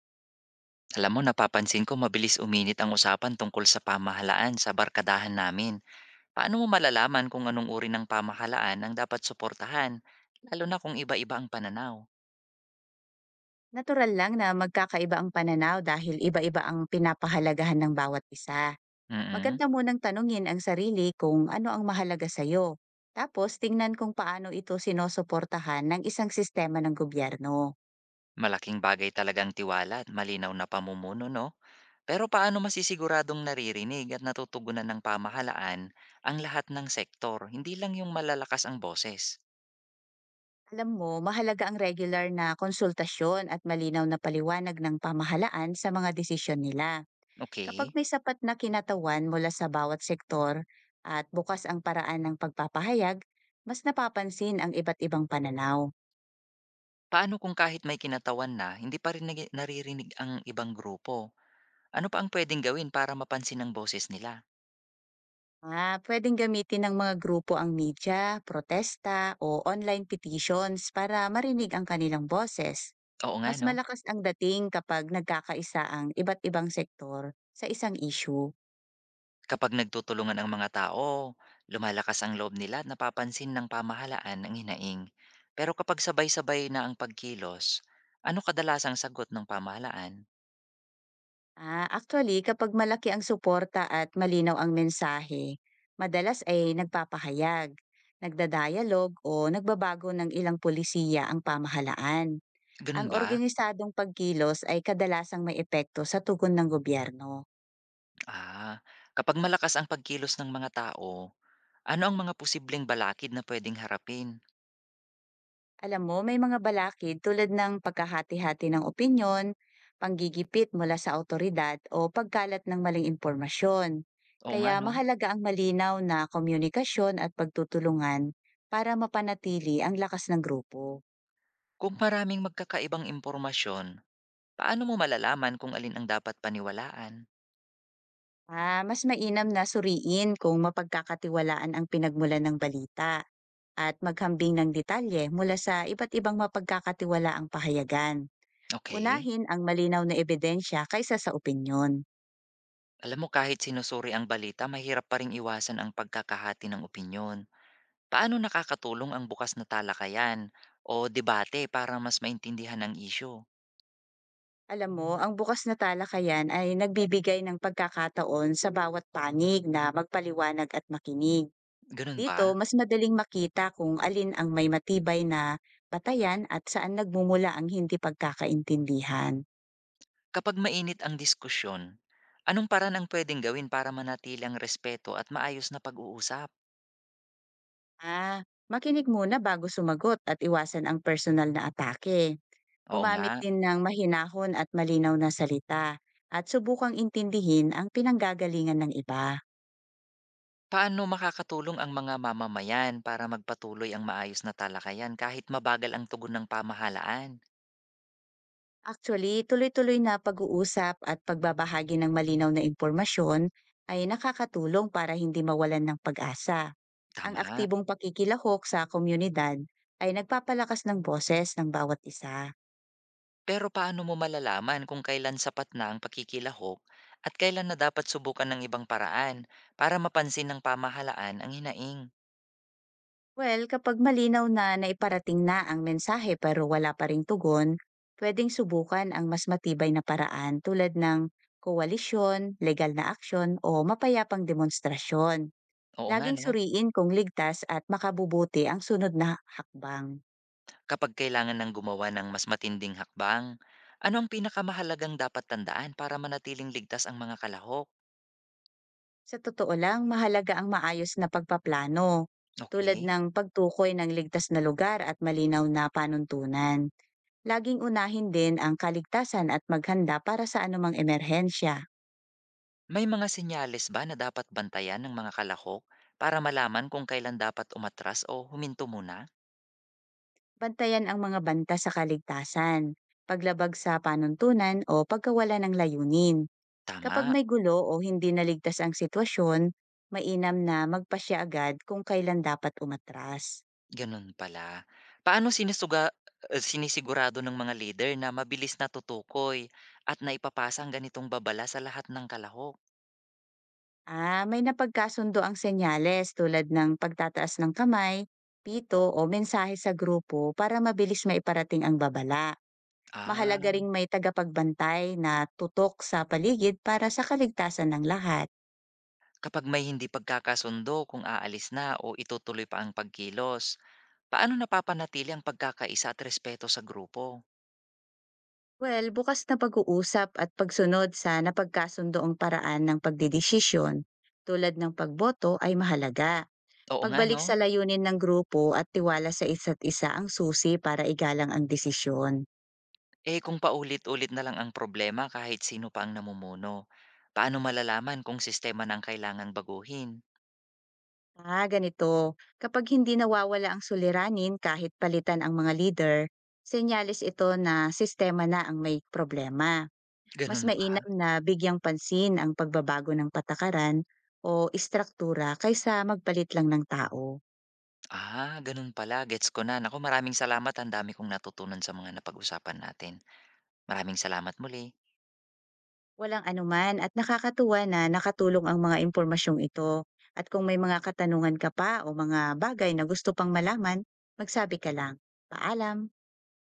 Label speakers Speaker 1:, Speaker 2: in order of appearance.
Speaker 1: Alam mo, napapansin ko mabilis uminit ang usapan tungkol sa pamahalaan sa barkadahan namin. Paano mo malalaman kung anong uri ng pamahalaan ang dapat suportahan, lalo na kung iba-iba ang pananaw?
Speaker 2: Natural lang na magkakaiba ang pananaw dahil iba-iba ang pinapahalagahan ng bawat isa.
Speaker 1: Mm.
Speaker 2: Maganda munang tanungin ang sarili kung ano ang mahalaga sa'yo. Tapos tingnan kung paano ito sinusuportahan ng isang sistema ng gobyerno.
Speaker 1: Malaking bagay talagang tiwala at malinaw na pamumuno, no? Pero paano masisiguradong naririnig at natutugunan ng pamahalaan ang lahat ng sektor, hindi lang yung malalakas ang boses?
Speaker 2: Alam mo, mahalaga ang regular na konsultasyon at malinaw na paliwanag ng pamahalaan sa mga desisyon nila. Kapag
Speaker 1: Okay,
Speaker 2: may sapat na kinatawan mula sa bawat sektor at bukas ang paraan ng pagpapahayag, mas napapansin ang iba't ibang pananaw.
Speaker 1: paano kung kahit may kinatawan na, hindi pa rin naririnig ang ibang grupo? Ano pa ang puwedeng gawin para mapansin ang boses nila?
Speaker 2: Ah, pwedeng gamitin ng mga grupo ang media, protesta o online petitions para marinig ang kanilang boses.
Speaker 1: Oo nga
Speaker 2: Mas
Speaker 1: 'no,
Speaker 2: malakas ang dating kapag nagkakaisa ang iba't ibang sektor sa isang issue.
Speaker 1: kapag nagtutulungan ang mga tao, lumalakas ang loob nila at napapansin ng pamahalaan ang hinaing. Pero kapag sabay-sabay na ang pagkilos, ano kadalasang sagot ng pamahalaan?
Speaker 2: Ah, actually, kapag malaki ang suporta at malinaw ang mensahe, madalas ay nagpapahayag, nagdadialog o nagbabago ng ilang pulisiya ang pamahalaan. Ang
Speaker 1: Gano'n ba?
Speaker 2: organisadong pagkilos ay kadalasang may epekto sa tugon ng gobyerno.
Speaker 1: Ah, kapag malakas ang pagkilos ng mga tao, ano ang mga posibleng balakid na puwedeng harapin?
Speaker 2: Alam mo, may mga balakid tulad ng pagkahati-hati ng opinyon, panggigipit mula sa autoridad o pagkalat ng maling impormasyon.
Speaker 1: Oo nga
Speaker 2: Kaya
Speaker 1: 'no,
Speaker 2: mahalaga ang malinaw na komunikasyon at pagtutulungan para mapanatili ang lakas ng grupo.
Speaker 1: kung maraming magkakaibang impormasyon, paano mo malalaman kung alin ang dapat paniwalaan?
Speaker 2: Ah, mas mainam na suriin kung mapagkakatiwalaan ang pinagmulan ng balita at maghambing ng detalye mula sa iba't ibang mapagkakatiwalaang pahayagan.
Speaker 1: Okay.
Speaker 2: Unahin ang malinaw na ebidensya kaysa sa opinyon.
Speaker 1: Alam mo kahit sinusuri ang balita, mahirap pa ring iwasan ang pagkakahati ng opinyon. Paano nakakatulong ang bukas na talakayan o debate para mas maintindihan ang isyu?
Speaker 2: Alam mo, ang bukas na talakayan ay nagbibigay ng pagkakataon sa bawat panig na magpaliwanag at makinig.
Speaker 1: Ganun
Speaker 2: Dito,
Speaker 1: ba?
Speaker 2: mas madaling makita kung alin ang may matibay na batayan at saan nagmumula ang hindi pagkakaintindihan.
Speaker 1: Kapag mainit ang diskusyon, anong paraan ang pwedeng gawin para manatili ang respeto at maayos na pag-uusap?
Speaker 2: Ah, makinig muna bago sumagot at iwasan ang personal na atake.
Speaker 1: Oo nga.
Speaker 2: Gumamit din ng mahinahon at malinaw na salita at subukang intindihin ang pinanggagalingan ng iba.
Speaker 1: Paano makakatulong ang mga mamamayan para magpatuloy ang maayos na talakayan kahit mabagal ang tugon ng pamahalaan?
Speaker 2: Actually, tuloy-tuloy na pag-uusap at pagbabahagi ng malinaw na impormasyon ay nakakatulong para hindi mawalan ng pag-asa. Ang
Speaker 1: Tama.
Speaker 2: aktibong pakikilahok sa komunidad ay nagpapalakas ng boses ng bawat isa.
Speaker 1: Pero paano mo malalaman kung kailan sapat na ang pakikilahok at kailan na dapat subukan ng ibang paraan para mapansin ng pamahalaan ang hinaing?
Speaker 2: Well, kapag malinaw na naiparating na ang mensahe pero wala pa ring tugon, pwedeng subukan ang mas matibay na paraan tulad ng koalisyon, legal na aksyon o mapayapang demonstrasyon.
Speaker 1: Oo nga
Speaker 2: Laging
Speaker 1: no,
Speaker 2: suriin kung ligtas at makabubuti ang sunod na hakbang.
Speaker 1: kapag kailangan ng gumawa ng mas matinding hakbang, ano ang pinakamahalagang dapat tandaan para manatiling ligtas ang mga kalahok?
Speaker 2: Sa totoo lang, mahalaga ang maayos na pagpaplano, tulad
Speaker 1: Okay.
Speaker 2: ng pagtukoy ng ligtas na lugar at malinaw na panuntunan. Laging unahin din ang kaligtasan at maghanda para sa anumang emerhensya.
Speaker 1: May mga senyales ba na dapat bantayan ng mga kalahok para malaman kung kailan dapat umatras o huminto muna?
Speaker 2: Bantayan ang mga banta sa kaligtasan, paglabag sa panuntunan o pagkawala ng layunin. Kapag
Speaker 1: Tama.
Speaker 2: may gulo o hindi naligtas ang sitwasyon, mainam na magpasya agad kung kailan dapat umatras.
Speaker 1: Gano'n pala. Paano sinisigurado ng mga leader na mabilis natutukoy at naipapasa ang ganitong babala sa lahat ng kalahok?
Speaker 2: Ah, may napagkasundo ang senyales tulad ng pagtataas ng kamay, pito o mensahe sa grupo para mabilis maiparating ang babala. Mahalaga
Speaker 1: Ah,
Speaker 2: ring may tagapagbantay na tutok sa paligid para sa kaligtasan ng lahat.
Speaker 1: kapag may hindi pagkakasundo kung aalis na o itutuloy pa ang pagkilos, paano napapanatili ang pagkakaisa at respeto sa grupo?
Speaker 2: Well, bukas na pag-uusap at pagsunod sa napagkasundoong paraan ng pagdidesisyon tulad ng pagboto ay mahalaga.
Speaker 1: Oo nga,
Speaker 2: Pagbalik
Speaker 1: no?
Speaker 2: sa layunin ng grupo at tiwala sa isa't isa ang susi para igalang ang desisyon.
Speaker 1: Eh kung paulit-ulit na lang ang problema kahit sino pa ang namumuno, paano malalaman kung sistema na ang kailangan baguhin?
Speaker 2: Ah, ganito. Kapag hindi nawawala ang suliranin kahit palitan ang mga leader, senyales ito na sistema na ang may problema. Mas
Speaker 1: Gano'n ba?
Speaker 2: mainam na bigyang pansin ang pagbabago ng patakaran o istruktura kaysa magpalit lang ng tao.
Speaker 1: Ah, ganun pala, gets ko na. Naku, maraming salamat, ang dami kong natutunan sa mga napag-usapan natin. Maraming salamat muli.
Speaker 2: Walang anuman at nakakatuwa na nakatulong ang mga impormasyong ito. At kung may mga katanungan ka pa o mga bagay na gusto pang malaman, magsabi ka lang. Paalam!